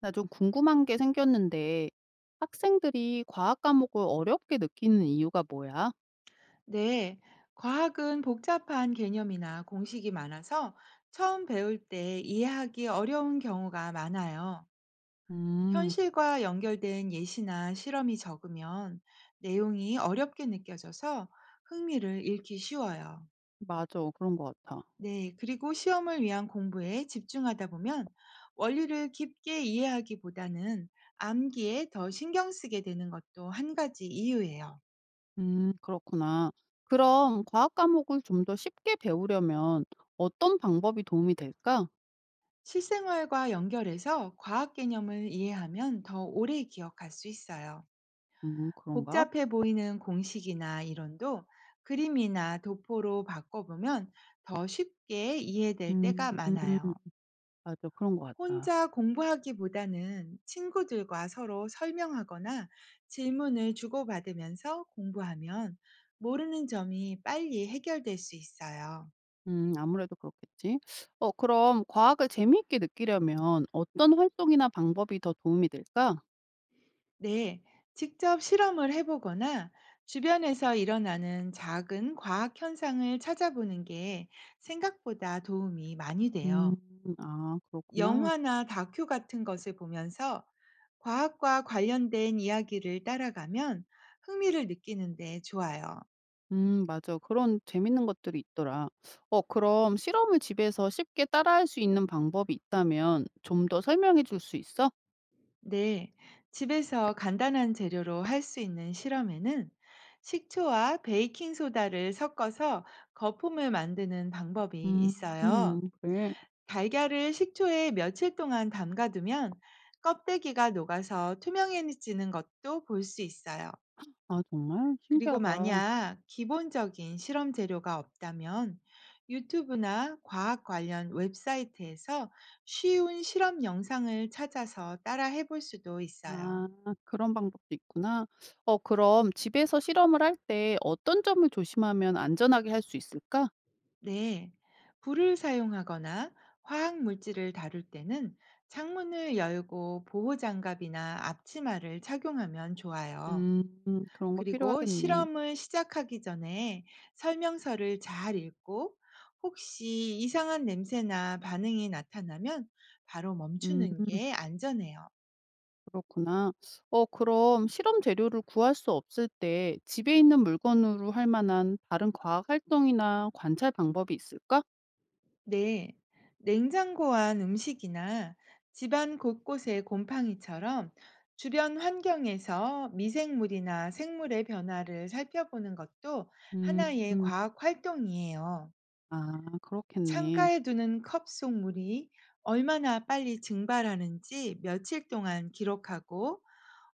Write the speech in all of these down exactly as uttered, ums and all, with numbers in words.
나 좀 궁금한 게 생겼는데, 학생들이 과학 과목을 어렵게 느끼는 이유가 뭐야? 네, 과학은 복잡한 개념이나 공식이 많아서 처음 배울 때 이해하기 어려운 경우가 많아요. 음, 현실과 연결된 예시나 실험이 적으면 내용이 어렵게 느껴져서 흥미를 잃기 쉬워요. 맞아. 그런 것 같아. 네, 그리고 시험을 위한 공부에 집중하다 보면 원리를 깊게 이해하기보다는 암기에 더 신경 쓰게 되는 것도 한 가지 이유예요. 음, 그렇구나. 그럼 과학 과목을 좀 더 쉽게 배우려면 어떤 방법이 도움이 될까? 실생활과 연결해서 과학 개념을 이해하면 더 오래 기억할 수 있어요. 음, 그런가? 복잡해 보이는 공식이나 이론도 그림이나 도포로 바꿔보면 더 쉽게 이해될 때가 음, 많아요. 맞아. 그런 것 같다. 혼자 공부하기보다는 친구들과 서로 설명하거나 질문을 주고받으면서 공부하면 모르는 점이 빨리 해결될 수 있어요. 음, 아무래도 그렇겠지. 어, 그럼 과학을 재미있게 느끼려면 어떤 활동이나 방법이 더 도움이 될까? 네, 직접 실험을 해보거나 주변에서 일어나는 작은 과학 현상을 찾아보는 게 생각보다 도움이 많이 음, 돼요. 아, 그렇구나. 영화나 다큐 같은 것을 보면서 과학과 관련된 이야기를 따라가면 흥미를 느끼는데 좋아요. 음 맞아. 그런 재밌는 것들이 있더라. 어 그럼 실험을 집에서 쉽게 따라할 수 있는 방법이 있다면 좀 더 설명해 줄 수 있어? 네, 집에서 간단한 재료로 할 수 있는 실험에는 식초와 베이킹소다를 섞어서 거품을 만드는 방법이 있어요. 음 그래. 달걀을 식초에 며칠 동안 담가두면 껍데기가 녹아서 투명해지는 것도 볼 수 있어요. 아 정말? 그리고 신기하다. 만약 기본적인 실험 재료가 없다면 유튜브나 과학 관련 웹사이트에서 쉬운 실험 영상을 찾아서 따라 해볼 수도 있어요. 아 그런 방법도 있구나. 어 그럼 집에서 실험을 할 때 어떤 점을 조심하면 안전하게 할 수 있을까? 네. 불을 사용하거나 화학 물질을 다룰 때는 창문을 열고 보호 장갑이나 앞치마를 착용하면 좋아요. 음 그런 거 그리고 필요하겠네. 실험을 시작하기 전에 설명서를 잘 읽고 혹시 이상한 냄새나 반응이 나타나면 바로 음. 멈추는 게 안전해요. 그렇구나. 어, 그럼 실험 재료를 구할 수 없을 때 집에 있는 물건으로 할 만한 다른 과학 활동이나 관찰 방법이 있을까? 네. 냉장고 안 음식이나 집안 곳곳의 곰팡이처럼 주변 환경에서 미생물이나 생물의 변화를 살펴보는 것도 하나의 음, 과학 활동이에요. 아, 그렇겠네. 창가에 두는 컵 속 물이 얼마나 빨리 증발하는지 며칠 동안 기록하고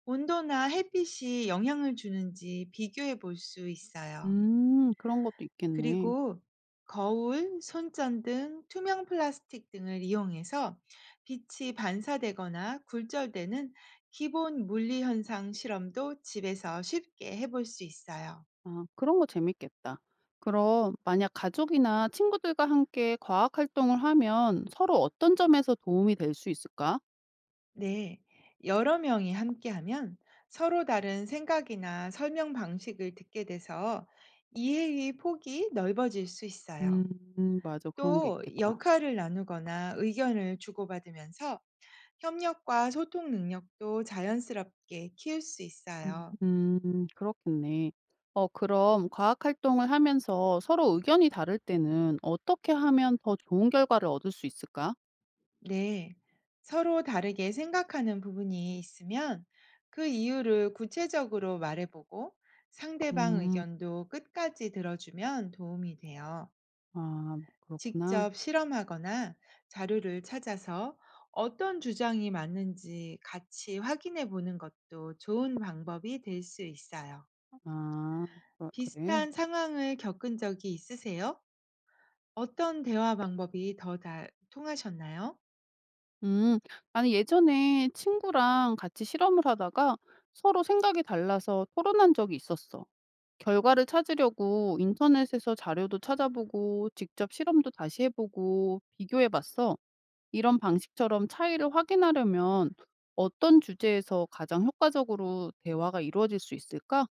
온도나 햇빛이 영향을 주는지 비교해 볼 수 있어요. 음, 그런 것도 있겠네. 그리고 거울, 손전등, 투명 플라스틱 등을 이용해서 빛이 반사되거나 굴절되는 기본 물리 현상 실험도 집에서 쉽게 해볼 수 있어요. 아, 그런 거 재밌겠다. 그럼 만약 가족이나 친구들과 함께 과학 활동을 하면 서로 어떤 점에서 도움이 될 수 있을까? 네, 여러 명이 함께하면 서로 다른 생각이나 설명 방식을 듣게 돼서 이해의 폭이 넓어질 수 있어요. 음, 맞아. 그런 게 또 있겠다. 역할을 나누거나 의견을 주고받으면서 협력과 소통 능력도 자연스럽게 키울 수 음 있어요. 음 그렇겠네. 어 그럼 과학 활동을 하면서 서로 의견이 다를 때는 어떻게 하면 더 좋은 결과를 얻을 수 있을까? 네, 서로 다르게 생각하는 부분이 있으면 그 이유를 구체적으로 말해보고 상대방 음. 의견도 끝까지 들어주면 도움이 돼요. 아 그렇구나. 직접 실험하거나 자료를 찾아서 어떤 주장이 맞는지 같이 확인해 보는 것도 좋은 방법이 될 수 있어요. 아 그 그래? 비슷한 상황을 겪은 적이 있으세요? 어떤 대화 방법이 더 잘 통하셨나요? 음. 아니 예전에 친구랑 같이 실험을 하다가 서로 생각이 달라서 토론한 적이 있었어. 결과를 찾으려고 인터넷에서 자료도 찾아보고 직접 실험도 다시 해 보고 비교해 봤어. 이런 방식처럼 차이를 확인하려면 어떤 주제에서 가장 효과적으로 대화가 이루어질 수 있을까?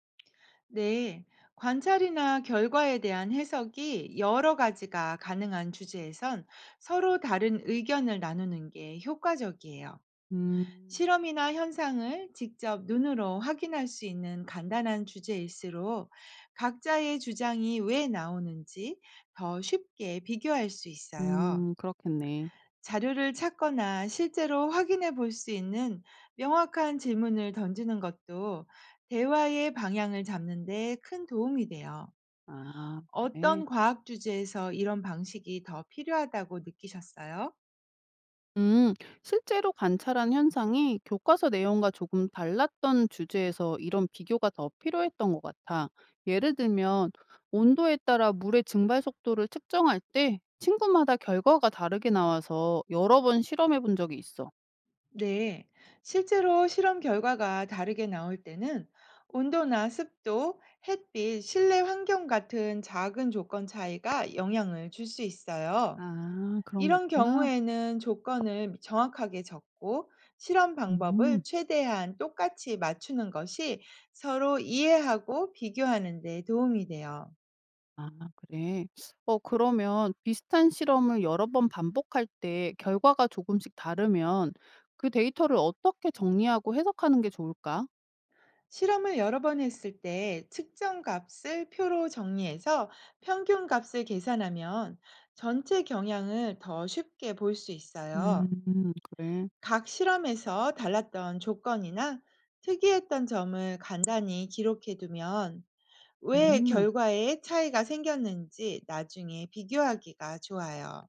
네, 관찰이나 결과에 대한 해석이 여러 가지가 가능한 주제에선 서로 다른 의견을 나누는 게 효과적이에요. 음, 실험이나 현상을 직접 눈으로 확인할 수 있는 간단한 주제일수록 각자의 주장이 왜 나오는지 더 쉽게 비교할 수 있어요. 음, 그렇겠네. 자료를 찾거나 실제로 확인해 볼 수 있는 명확한 질문을 던지는 것도 대화의 방향을 잡는데 큰 도움이 돼요. 아, 그래. 어떤 과학 주제에서 이런 방식이 더 필요하다고 느끼셨어요? 음, 실제로 관찰한 현상이 교과서 내용과 조금 달랐던 주제에서 이런 비교가 더 필요했던 것 같아. 예를 들면, 온도에 따라 물의 증발 속도를 측정할 때 친구마다 결과가 다르게 나와서 여러 번 실험해 본 적이 있어. 네, 실제로 실험 결과가 다르게 나올 때는 온도나 습도, 햇빛, 실내 환경 같은 작은 조건 차이가 영향을 줄 수 있어요. 아, 그런 게 이런 있구나. 경우에는 조건을 정확하게 적고 실험 음. 방법을 최대한 똑같이 맞추는 것이 서로 이해하고 비교하는 데 도움이 돼요. 아 그래. 어 그러면 비슷한 실험을 여러 번 반복할 때 결과가 조금씩 다르면 그 데이터를 어떻게 정리하고 해석하는 게 좋을까? 실험을 여러 번 했을 때 측정 값을 표로 정리해서 평균 값을 계산하면 전체 경향을 더 쉽게 볼 수 있어요. 음 그래. 각 실험에서 달랐던 조건이나 특이했던 점을 간단히 기록해 두면 왜 음. 결과에 차이가 생겼는지 나중에 비교하기가 좋아요.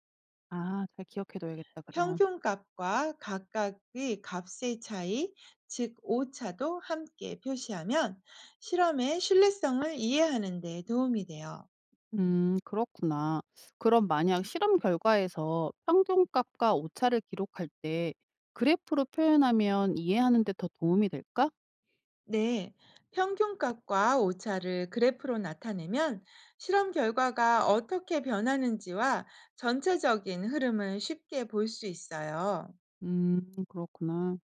아 잘 기억해 둬야겠다 그럼. 평균값과 각각의 값의 차이, 즉 오차도 함께 표시하면 실험의 신뢰성을 이해하는 데 도움이 돼요. 음 그렇구나. 그럼 만약 실험 결과에서 평균값과 오차를 기록할 때 그래프로 표현하면 이해하는 데 더 도움이 될까? 네, 평균값과 오차를 그래프로 나타내면 실험 결과가 어떻게 변하는지와 전체적인 흐름을 쉽게 볼 수 있어요. 음 그렇구나.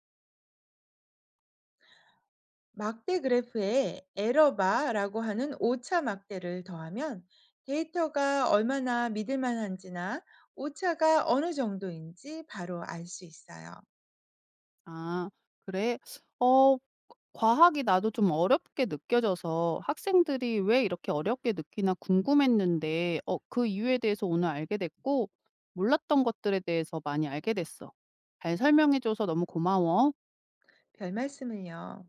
막대 그래프에 에러바라고 하는 오차 막대를 더하면 데이터가 얼마나 믿을 만한지나 오차가 어느 정도인지 바로 알 수 있어요. 아 그래? 어 과학이 나도 좀 어렵게 느껴져서 학생들이 왜 이렇게 어렵게 느끼나 궁금했는데 어 그 이유에 대해서 오늘 알게 됐고 몰랐던 것들에 대해서 많이 알게 됐어. 잘 설명해 줘서 너무 고마워. 별 말씀을요.